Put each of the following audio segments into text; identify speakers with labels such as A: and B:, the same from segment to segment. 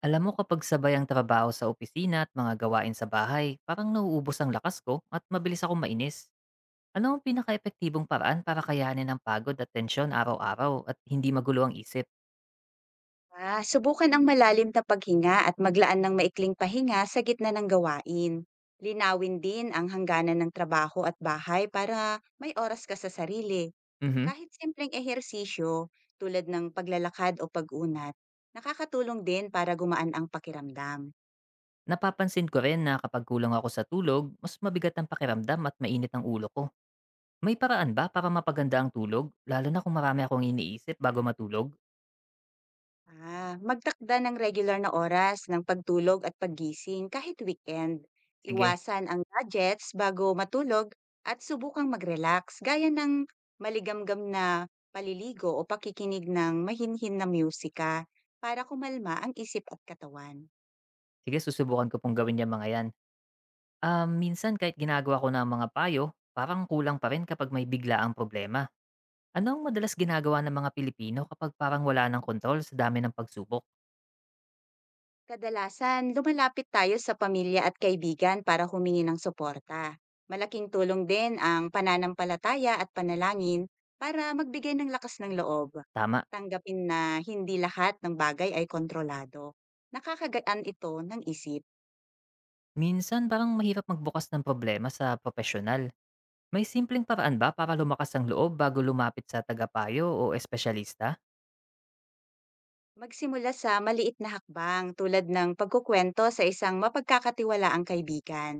A: Alam mo kapag sabay ang trabaho sa opisina at mga gawain sa bahay, parang nauubos ang lakas ko at mabilis akong mainis. Ano ang pinaka-epektibong paraan para kayanin ang pagod at tensyon araw-araw at hindi magulo ang isip?
B: Subukan ang malalim na paghinga at maglaan ng maikling pahinga sa gitna ng gawain. Linawin din ang hangganan ng trabaho at bahay para may oras ka sa sarili.
A: Mhm.
B: Kahit simpleng ehersisyo tulad ng paglalakad o pag-unat, nakakatulong din para gumaan ang pakiramdam.
A: Napapansin ko rin na kapag kulang ako sa tulog, mas mabigat ang pakiramdam at mainit ang ulo ko. May paraan ba para mapaganda ang tulog, lalo na kung marami akong iniisip bago matulog?
B: Magtakda ng regular na oras ng pagtulog at paggising kahit weekend.
A: Sige,
B: Iwasan ang gadgets bago matulog at subukang mag-relax gaya ng maligamgam na paliligo o pakikinig ng mahinhin na musika para kumalma ang isip at katawan.
A: susubukan ko pong gawin yung mga yan. Ah, minsan kahit ginagawa ko na ang mga payo, parang kulang pa rin kapag may bigla ang problema. Ano ang madalas ginagawa ng mga Pilipino kapag parang wala ng kontrol sa dami ng pagsubok?
B: Kadalasan, lumalapit tayo sa pamilya at kaibigan para humingi ng suporta. Malaking tulong din ang pananampalataya at panalangin para magbigay ng lakas ng loob.
A: Tama,
B: Tanggapin na hindi lahat ng bagay ay kontrolado. Nakakagaan ito ng isip.
A: minsan parang mahirap magbukas ng problema sa profesional. May simpleng paraan ba para lumakas ang loob bago lumapit sa tagapayo o espesyalista?
B: Magsimula sa maliit na hakbang tulad ng pagkukwento sa isang mapagkakatiwalaang kaibigan.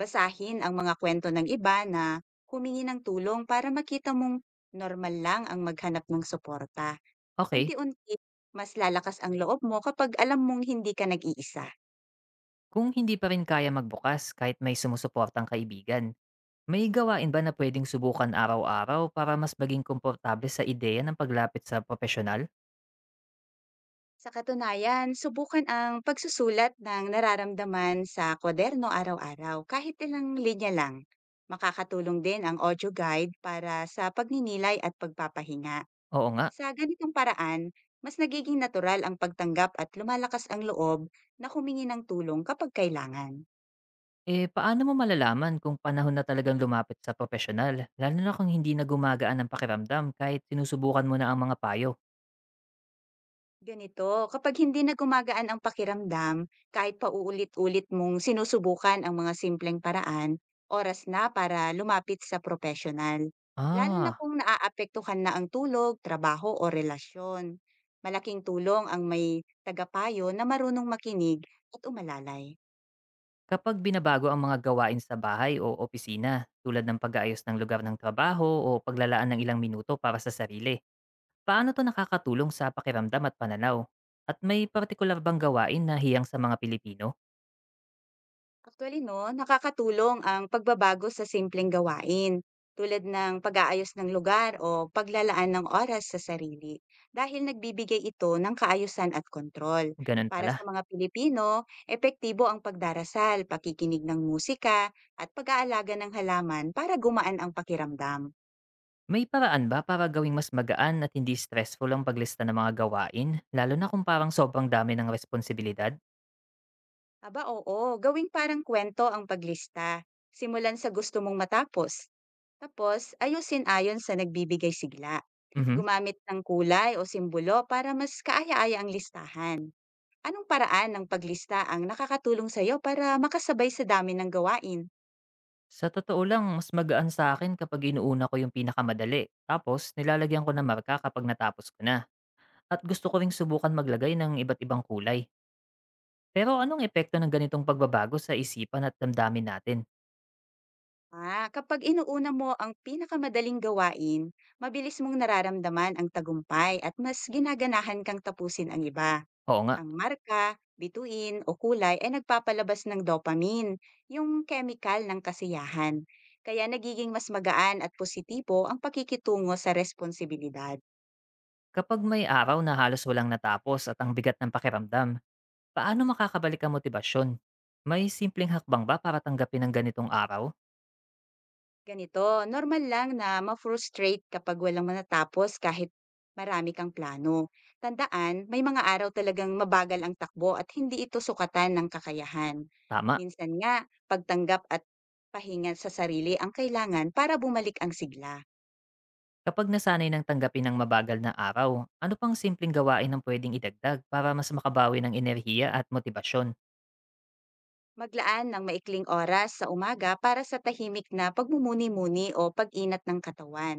B: Basahin ang mga kwento ng iba na humingi ng tulong para makita mong normal lang ang maghanap ng suporta.
A: Okay,
B: Unti-unti, mas lalakas ang loob mo kapag alam mong hindi ka nag-iisa.
A: kung hindi pa rin kaya magbukas kahit may sumusuportang kaibigan, may gawain ba na pwedeng subukan araw-araw para mas maging komportable sa ideya ng paglapit sa profesional?
B: Sa katunayan, subukan ang pagsusulat ng nararamdaman sa kwaderno araw-araw, kahit ilang linya lang. Makakatulong din ang audio guide para sa pagninilay at pagpapahinga.
A: Oo nga.
B: Sa ganitong paraan, mas nagiging natural ang pagtanggap at lumalakas ang loob na humingi ng tulong kapag kailangan.
A: Paano mo malalaman kung panahon na talagang lumapit sa propesyonal? Lalo na kung hindi na gumagaan ang pakiramdam kahit sinusubukan mo na ang mga payo.
B: Ganito, kapag hindi na gumagaan ang pakiramdam, kahit uulit ulit mong sinusubukan ang mga simpleng paraan, oras na para lumapit sa profesional. Lalo na
A: Ah,
B: kung naaapektuhan na ang tulog, trabaho o relasyon. Malaking tulong ang may tagapayo na marunong makinig at umalalay.
A: kapag binabago ang mga gawain sa bahay o opisina, tulad ng pag-aayos ng lugar ng trabaho o paglalaan ng ilang minuto para sa sarili, paano to nakakatulong sa pakiramdam at pananaw? At may partikular bang gawain na hiyang sa mga Pilipino?
B: Actually 'no, nakakatulong ang pagbabago sa simpleng gawain tulad ng pag-aayos ng lugar o paglalaan ng oras sa sarili dahil nagbibigay ito ng kaayusan at kontrol.
A: Ganun
B: Para sa
A: pala.
B: mga Pilipino, epektibo ang pagdarasal, pakikinig ng musika at pag-aalaga ng halaman para gumaan ang pakiramdam.
A: May paraan ba para gawing mas magaan at hindi stressful ang paglista ng mga gawain, lalo na kung parang sobrang dami ng responsibilidad?
B: Aba oo, gawing parang kwento ang paglista. Simulan sa gusto mong matapos. Tapos, ayusin ayon sa nagbibigay sigla.
A: Mhm.
B: Gumamit ng kulay o simbolo para mas kaaya-aya ang listahan. Anong paraan ng paglista ang nakakatulong sa'yo para makasabay sa dami ng gawain?
A: Sa totoo lang, mas magaan sa akin kapag inuuna ko yung pinakamadali. Tapos, nilalagyan ko na marka kapag natapos ko na. At gusto ko ring subukan maglagay ng iba't ibang kulay. Pero anong epekto ng ganitong pagbabago sa isipan at damdamin natin?
B: Kapag inuuna mo ang pinakamadaling gawain, mabilis mong nararamdaman ang tagumpay at mas ginaganahan kang tapusin ang iba.
A: Oo nga.
B: Ang marka, bituin o kulay ay nagpapalabas ng dopamine, yung chemical ng kasiyahan. Kaya nagiging mas magaan at positibo ang pakikitungo sa responsibilidad.
A: Kapag may araw na halos walang natapos at ang bigat ng pakiramdam, paano makakabalik ang motibasyon? May simpleng hakbang ba para tanggapin ang ganitong araw?
B: Ganito, normal lang na ma-frustrate kapag walang manatapos kahit marami kang plano. Tandaan, may mga araw talagang mabagal ang takbo at hindi ito sukatan ng kakayahan.
A: Tama,
B: Minsan nga, pagtanggap at pahinga sa sarili ang kailangan para bumalik ang sigla.
A: kapag nasanay ng tanggapin ang mabagal na araw, ano pang simpleng gawain ang pwedeng idagdag para mas makabawi ng enerhiya at motibasyon?
B: Maglaan ng maikling oras sa umaga para sa tahimik na pagmumuni-muni o pag-inat ng katawan.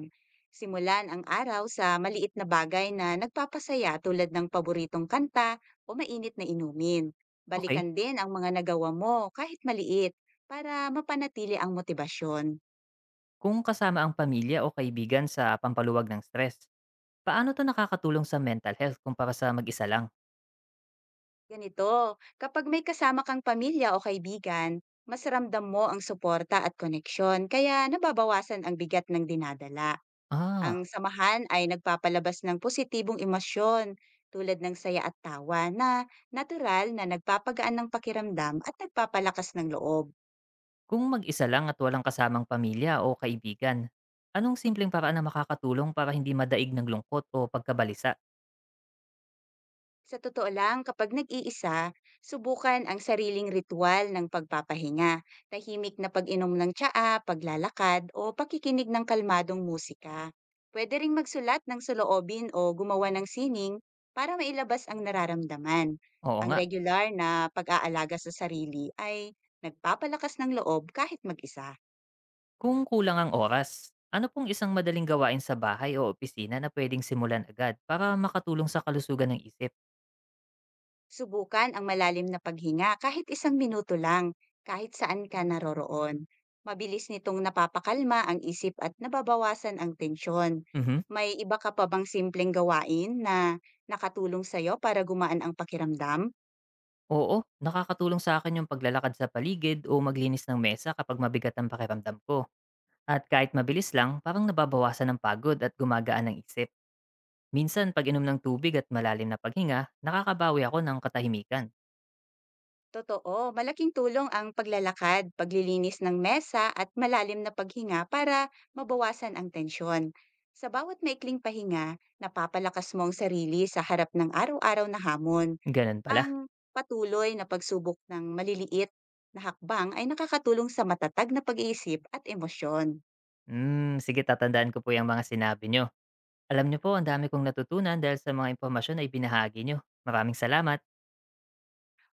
B: Simulan ang araw sa maliit na bagay na nagpapasaya tulad ng paboritong kanta o mainit na inumin.
A: Okay,
B: Balikan din ang mga nagawa mo kahit maliit para mapanatili ang motibasyon.
A: kung kasama ang pamilya o kaibigan sa pampaluwag ng stress, paano to nakakatulong sa mental health kumpara sa mag-isa lang?
B: Ganito, kapag may kasama kang pamilya o kaibigan, mas ramdam mo ang suporta at koneksyon kaya nababawasan ang bigat ng dinadala. Ang
A: Ah,
B: samahan ay nagpapalabas ng positibong emosyon tulad ng saya at tawa na natural na nagpapagaan ng pakiramdam at nagpapalakas ng loob.
A: kung mag-isa lang at walang kasamang pamilya o kaibigan, anong simpleng paraan na makakatulong para hindi madaig ng lungkot o pagkabalisa?
B: Sa totoo lang, kapag nag-iisa, subukan ang sariling ritual ng pagpapahinga, tahimik na pag-inom ng tsaa, paglalakad, o pakikinig ng kalmadong musika. Pwede ring magsulat ng soloobin o gumawa ng sining para mailabas ang nararamdaman.
A: Oo
B: Ang
A: nga.
B: regular na pag-aalaga sa sarili ay nagpapalakas ng loob kahit mag-isa.
A: Kung kulang ang oras, ano pong isang madaling gawain sa bahay o opisina na pwedeng simulan agad para makatulong sa kalusugan ng isip?
B: Subukan ang malalim na paghinga kahit isang minuto lang, kahit saan ka naroroon. Mabilis nitong napapakalma ang isip at nababawasan ang tensyon.
A: Mhm.
B: May iba ka pa bang simpleng gawain na nakatulong sa'yo para gumaan ang pakiramdam?
A: Oo, nakakatulong sa akin yung paglalakad sa paligid o maglinis ng mesa kapag mabigat ang pakiramdam ko. At kahit mabilis lang, parang nababawasan ng pagod at gumagaan ng isip. Minsan, pag inom ng tubig at malalim na paghinga, nakakabawi ako ng katahimikan.
B: Totoo, malaking tulong ang paglalakad, paglilinis ng mesa at malalim na paghinga para mabawasan ang tensyon. Sa bawat maikling pahinga, napapalakas mo ang sarili sa harap ng araw-araw na hamon.
A: Ganun pala.
B: Ang patuloy na pagsubok ng maliliit na hakbang ay nakakatulong sa matatag na pag-iisip at emosyon.
A: Hmm, sige tatandaan ko po yung mga sinabi nyo. Alam nyo po, ang dami kong natutunan dahil sa mga impormasyon na ibinahagi nyo. Maraming salamat.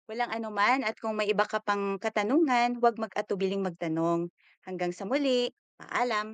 B: Walang anuman at kung may iba ka pang katanungan, huwag mag-atubiling magtanong. Hanggang sa muli, paalam!